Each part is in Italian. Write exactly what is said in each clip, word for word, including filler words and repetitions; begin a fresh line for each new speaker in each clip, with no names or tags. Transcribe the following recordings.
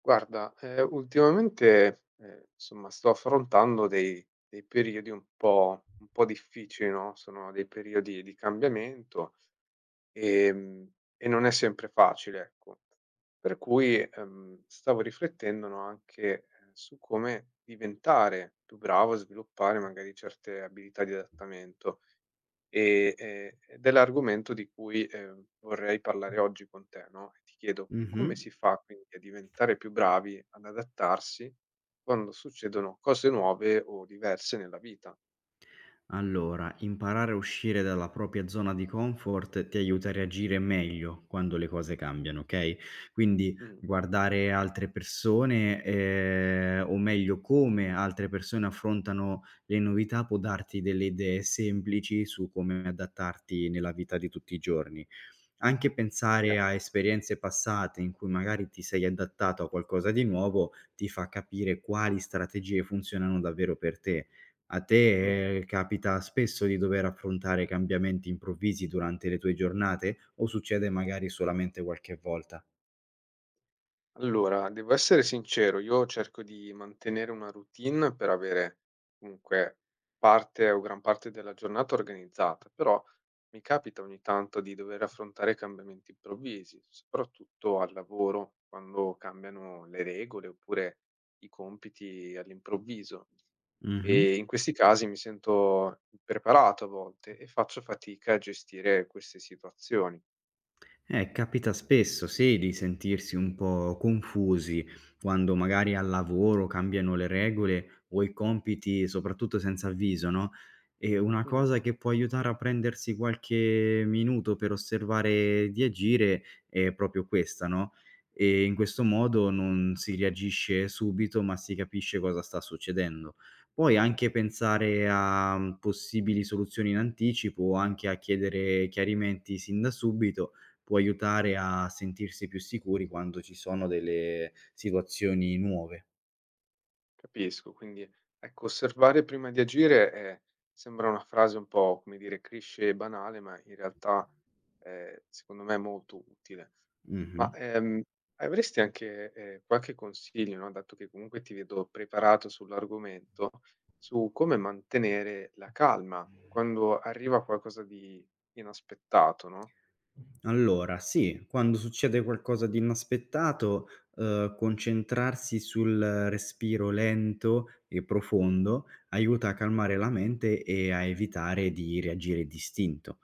Guarda, ehm, ultimamente, ehm, insomma sto affrontando dei dei periodi un po' un po' difficili, no, sono dei periodi di cambiamento, ehm, e non è sempre facile, ecco. Per cui, ehm, stavo riflettendo, no, anche, ehm, su come diventare più bravo a sviluppare magari certe abilità di adattamento. E, ehm, ed è l'argomento di cui, ehm, vorrei parlare oggi con te, no, e ti chiedo:
Mh-mh.
come si fa quindi a diventare più bravi ad adattarsi quando succedono cose nuove o diverse nella vita?
Allora, imparare a uscire dalla propria zona di comfort ti aiuta a reagire meglio quando le cose cambiano, okay, quindi
Mh,
guardare altre persone, ehm, o meglio come altre persone affrontano le novità può darti delle idee semplici su come adattarti nella vita di tutti i giorni. Anche pensare
chiaro.
a esperienze passate in cui magari ti sei adattato a qualcosa di nuovo, ti fa capire quali strategie funzionano davvero per te. A
Mh-mh.
te, ehm, capita spesso di dover affrontare cambiamenti improvvisi durante le tue giornate o succede magari solamente qualche volta?
Allora, devo essere sincero, io cerco di mantenere una routine per avere comunque parte o gran parte della giornata organizzata, però mi capita ogni tanto di dover affrontare cambiamenti improvvisi, soprattutto al lavoro, quando cambiano le regole oppure i compiti all'improvviso.
Mh-mh.
E in questi casi mi sento impreparato a volte e faccio fatica a gestire queste situazioni.
Eh, capita spesso, sì, di sentirsi un po' confusi quando magari al lavoro cambiano le regole o i compiti, soprattutto senza avviso, no? E una
Mhm.
cosa che può aiutare a prendersi qualche minuto per osservare di agire è proprio questa, no? E in questo modo non si reagisce subito, ma si capisce cosa sta succedendo. Poi anche pensare a mm, possibili soluzioni in anticipo o anche a chiedere chiarimenti sin da subito può aiutare a sentirsi più sicuri quando ci sono delle situazioni nuove.
Capisco, quindi ecco, osservare prima di agire è- sembra una frase un po', come dire, cliché e banale, ma in realtà eh, secondo me è molto utile.
Mh-mh.
Ma ehm, avresti anche eh, qualche consiglio, no? Dato che comunque ti vedo preparato sull'argomento, su come mantenere la calma quando arriva qualcosa di inaspettato, no?
Allora sì, quando succede qualcosa di inaspettato, uhm, concentrarsi sul respiro lento e profondo aiuta a calmare la mente e a evitare di reagire d'istinto.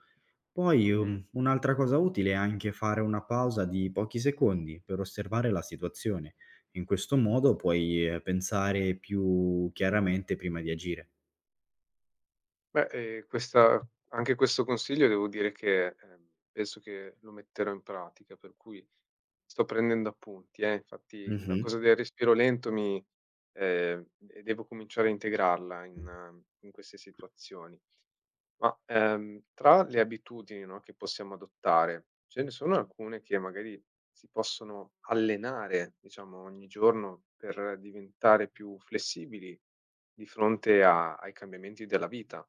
Poi,
Mm.
uhm, un'altra cosa utile è anche fare una pausa di pochi secondi per osservare la situazione. In questo modo puoi, ehm, pensare più chiaramente prima di agire.
Beh, eh, questa- anche questo consiglio devo dire che ehm, penso che lo metterò in pratica, per cui... Sto prendendo appunti, eh, infatti la
Mh-mh.
cosa del respiro lento mi ehm, de devo cominciare a integrarla in eh, in queste situazioni. Ma, ehm, tra le abitudini, no, che possiamo adottare, ce ne sono alcune che magari si possono allenare, diciamo, ogni giorno per diventare più flessibili di fronte a ai cambiamenti della vita.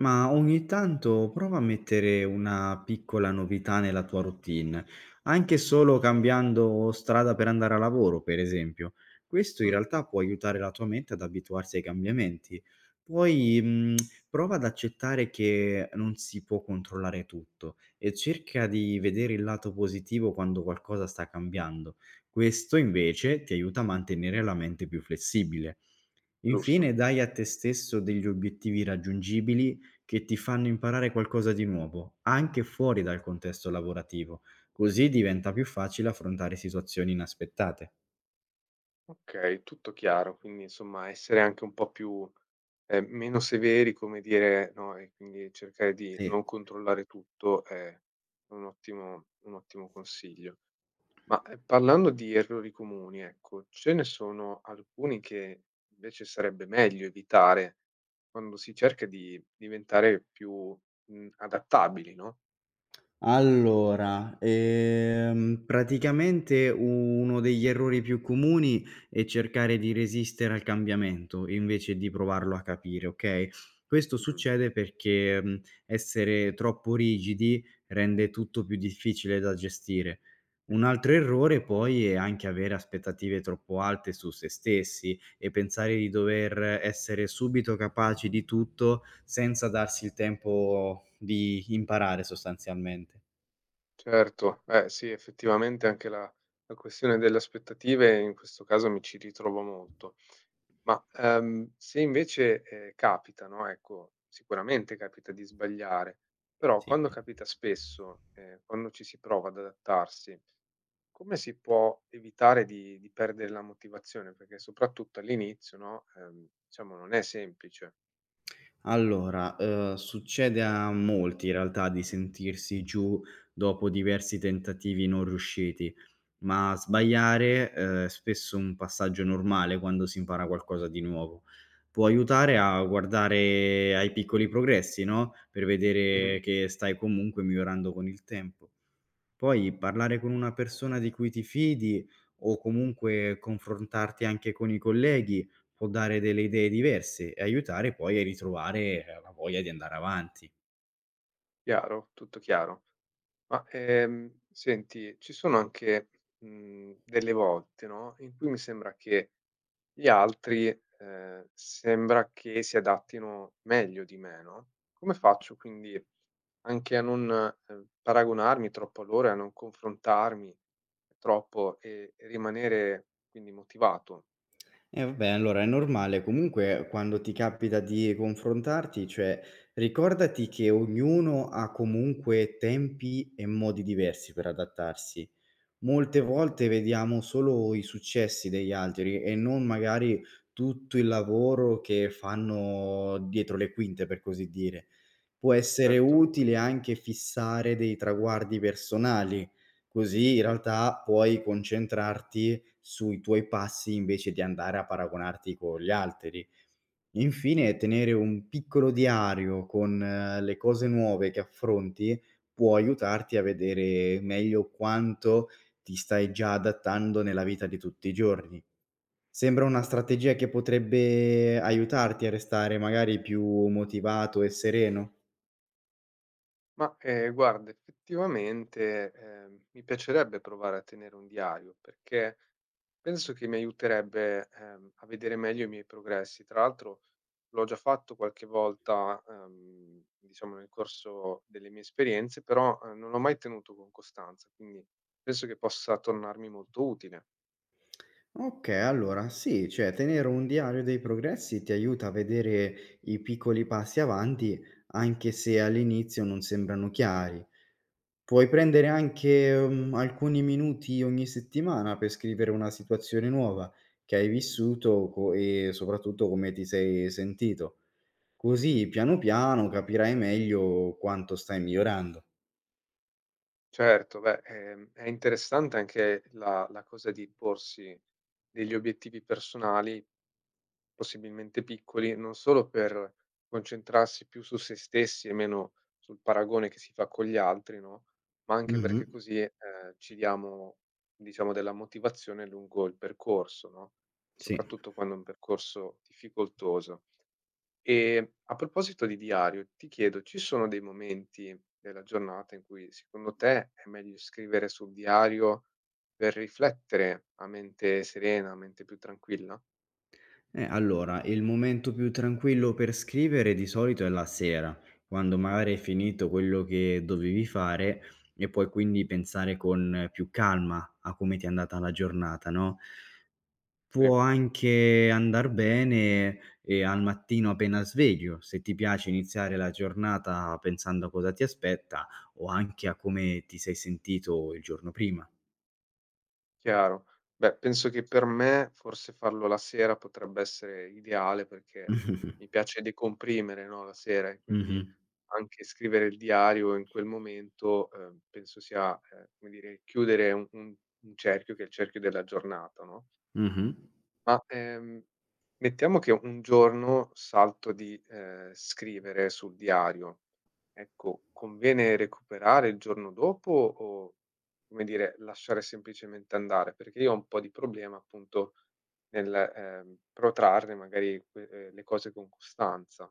Ma ogni tanto prova a mettere una piccola novità nella tua routine, anche solo cambiando strada per andare a lavoro, per esempio. Questo in
Mh,
realtà può aiutare la tua mente ad abituarsi ai cambiamenti. Poi, mh, prova ad accettare che non si può controllare tutto e cerca di vedere il lato positivo quando qualcosa sta cambiando. Questo invece ti aiuta a mantenere la mente più flessibile. Infine,
giusto.
dai a te stesso degli obiettivi raggiungibili che ti fanno imparare qualcosa di nuovo, anche fuori dal contesto lavorativo, così diventa più facile affrontare situazioni inaspettate.
Okay, tutto chiaro. Quindi insomma essere anche un po' più ehm, meno severi, come dire, no, e quindi cercare di
Sì.
non controllare tutto è un ottimo un ottimo consiglio. Ma, ehm, parlando di errori comuni, ecco, ce ne sono alcuni che invece sarebbe meglio evitare quando si cerca di diventare più, mhmm, adattabili, no?
Allora, ehm, praticamente uno degli errori più comuni è cercare di resistere al cambiamento, invece di provarlo a capire, okay? Questo
Mh.
succede perché, mhmm, essere troppo rigidi rende tutto più difficile da gestire. Un altro errore poi è anche avere aspettative troppo alte su se stessi e pensare di dover essere subito capaci di tutto, senza darsi il tempo di imparare sostanzialmente.
Certo, eh sì, effettivamente anche la la questione delle aspettative in questo caso mi ci ritrovo molto. Ma, ehm, se invece, ehm, capita, no, ecco, sicuramente capita di sbagliare, però
Sì.
quando capita spesso, ehm, quando ci si prova ad adattarsi, come si può evitare di di perdere la motivazione? Perché soprattutto all'inizio, no, ehm, diciamo non è semplice.
Allora, uhm, succede a molti in realtà di sentirsi giù dopo diversi tentativi non riusciti, ma sbagliare, uhm, è spesso un passaggio normale quando si impara qualcosa di nuovo. Può aiutare a guardare ai piccoli progressi, no, per
Mh-mh.
vedere che stai comunque migliorando con il tempo. Poi parlare con una persona di cui ti fidi o comunque confrontarti anche con i colleghi può dare delle idee diverse e aiutare poi a ritrovare, ehm, la voglia di andare avanti.
Chiaro, tutto chiaro. Ma, ehm, senti, ci sono anche, mhmm, delle volte, no, in cui mi sembra che gli altri, ehm, sembra che si adattino meglio di me, no, come faccio quindi anche a non, ehm, paragonarmi troppo a loro e a non confrontarmi troppo e e rimanere quindi motivato?
Eh vabbè, allora è normale. Comunque quando ti capita di confrontarti, cioè ricordati che ognuno ha comunque tempi e modi diversi per adattarsi. Molte
Mh-mh,
volte vediamo solo i successi degli altri e non magari tutto il lavoro che fanno dietro le quinte, per così dire. Può essere
certo.
utile anche fissare dei traguardi personali, così in realtà puoi concentrarti sui tuoi passi invece di andare a paragonarti con gli altri. Infine, tenere un piccolo diario con eh, le cose nuove che affronti può aiutarti a vedere meglio quanto ti stai già adattando nella vita di tutti i giorni. Sembra una strategia che potrebbe aiutarti a restare magari più motivato e sereno?
Ma, ehm, guarda effettivamente, ehm, mi piacerebbe provare a tenere un diario perché penso che mi aiuterebbe, ehm, a vedere meglio i miei progressi. Tra l'altro l'ho già fatto qualche volta, ehm, diciamo nel corso delle mie esperienze, però, ehm, non l'ho mai tenuto con costanza, quindi penso che possa tornarmi molto utile.
Okay, allora sì, cioè tenere un diario dei progressi ti aiuta a vedere i piccoli passi avanti, anche se all'inizio non sembrano chiari. Puoi prendere anche, mhmm, alcuni minuti ogni settimana per scrivere una situazione nuova che hai vissuto co e soprattutto come ti sei sentito.
Mh-mh.
Così piano piano capirai meglio quanto stai migliorando.
Certo, beh, ehm, è interessante anche la la cosa di porsi degli obiettivi personali possibilmente piccoli, non solo per concentrarsi più su se stessi e meno sul paragone che si fa con gli altri, no, ma anche
Mh-mh,
perché così, ehm, ci diamo, diciamo, della motivazione lungo il percorso, no,
sì.
soprattutto quando è un percorso difficoltoso. E a proposito di diario, ti chiedo, ci sono dei momenti della giornata in cui secondo te è meglio scrivere sul diario per riflettere a mente serena, a mente più tranquilla?
Eh, allora il momento più tranquillo per scrivere di solito è la sera, quando
Mh,
magari hai finito quello che dovevi fare e puoi quindi pensare con più calma a come ti è andata la giornata, no?
sì.
Può anche andar bene, ehm, al mattino appena sveglio, se ti piace iniziare la giornata pensando a cosa ti aspetta o anche a come ti sei sentito il giorno prima.
Chiaro. Beh, penso che per me forse farlo la sera potrebbe essere ideale perché mi piace decomprimere, no, la sera e
Mh-mh,
quindi anche scrivere il diario in quel momento, ehm, penso sia, ehm, come dire, chiudere un un un cerchio che è il cerchio della giornata, no?
mh-mh, mh-mh.
Ma, ehm, mettiamo che un giorno salto di, ehm, scrivere sul diario, ecco, conviene recuperare il giorno dopo o, come dire, lasciare semplicemente andare? Perché io ho un po' di problema appunto nel, ehm, protrarre magari que ehm, le cose con costanza.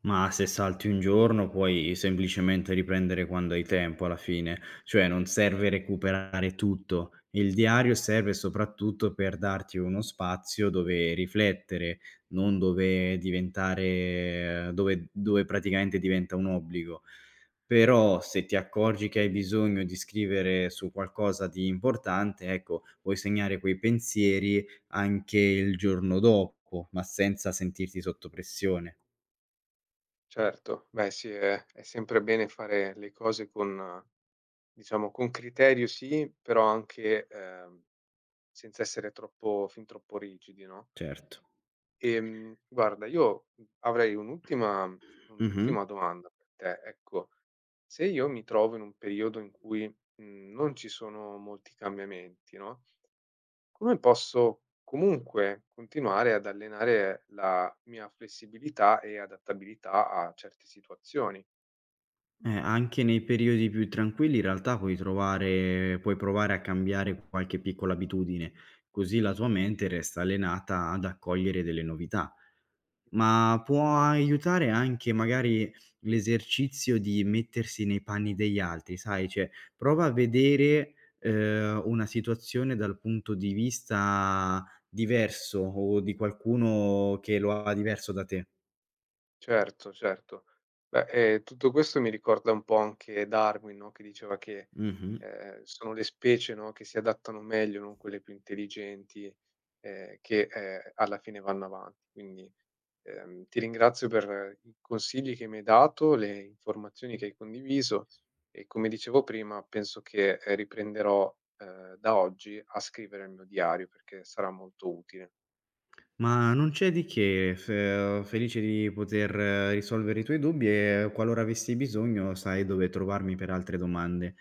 Ma se salti un giorno puoi semplicemente riprendere quando hai tempo alla fine, cioè non serve recuperare tutto. Il diario serve soprattutto per darti uno spazio dove riflettere, non dove diventare dove dove praticamente diventa un obbligo.
Mh-mh.
Però se ti accorgi che hai bisogno di scrivere su qualcosa di importante, ecco, puoi segnare quei pensieri anche il giorno dopo, ma senza sentirti sotto pressione.
Certo, beh sì, è è sempre bene fare le cose con eh, diciamo con criterio sì, però anche, ehm, senza essere troppo fin troppo rigidi, no?
Certo.
Ehm, guarda, io, mhmm, avrei un'ultima
Mh-mh.
un'ultima domanda per te, ecco. Se io mi trovo in un periodo in cui, mhmm, non ci sono molti cambiamenti, no, come posso comunque continuare ad allenare la mia flessibilità e adattabilità a certe situazioni?
Eh, anche nei periodi più tranquilli in realtà puoi trovare puoi provare a cambiare qualche piccola abitudine, così la tua mente resta allenata ad accogliere delle novità.
Mh-mh.
Ma può aiutare anche magari l'esercizio di mettersi nei panni degli altri, sai, cioè prova a vedere, ehm, una situazione dal punto di vista diverso o di qualcuno che lo ha diverso da te.
Certo, certo. Beh, ehm, tutto questo mi ricorda un po' anche Darwin, no, che diceva che,
Mh-mh.
ehm, sono le specie, no, che si adattano meglio, non quelle più intelligenti, ehm, che, ehm, alla fine vanno avanti. Quindi, ehm, ti ringrazio per i consigli che mi hai dato, le informazioni che hai condiviso e come dicevo prima penso che, ehm, riprenderò, ehm, da oggi a scrivere il mio diario perché sarà molto utile.
Ma non c'è di che, fe felice di poter eh, risolvere i tuoi dubbi e qualora avessi bisogno sai dove trovarmi per altre domande.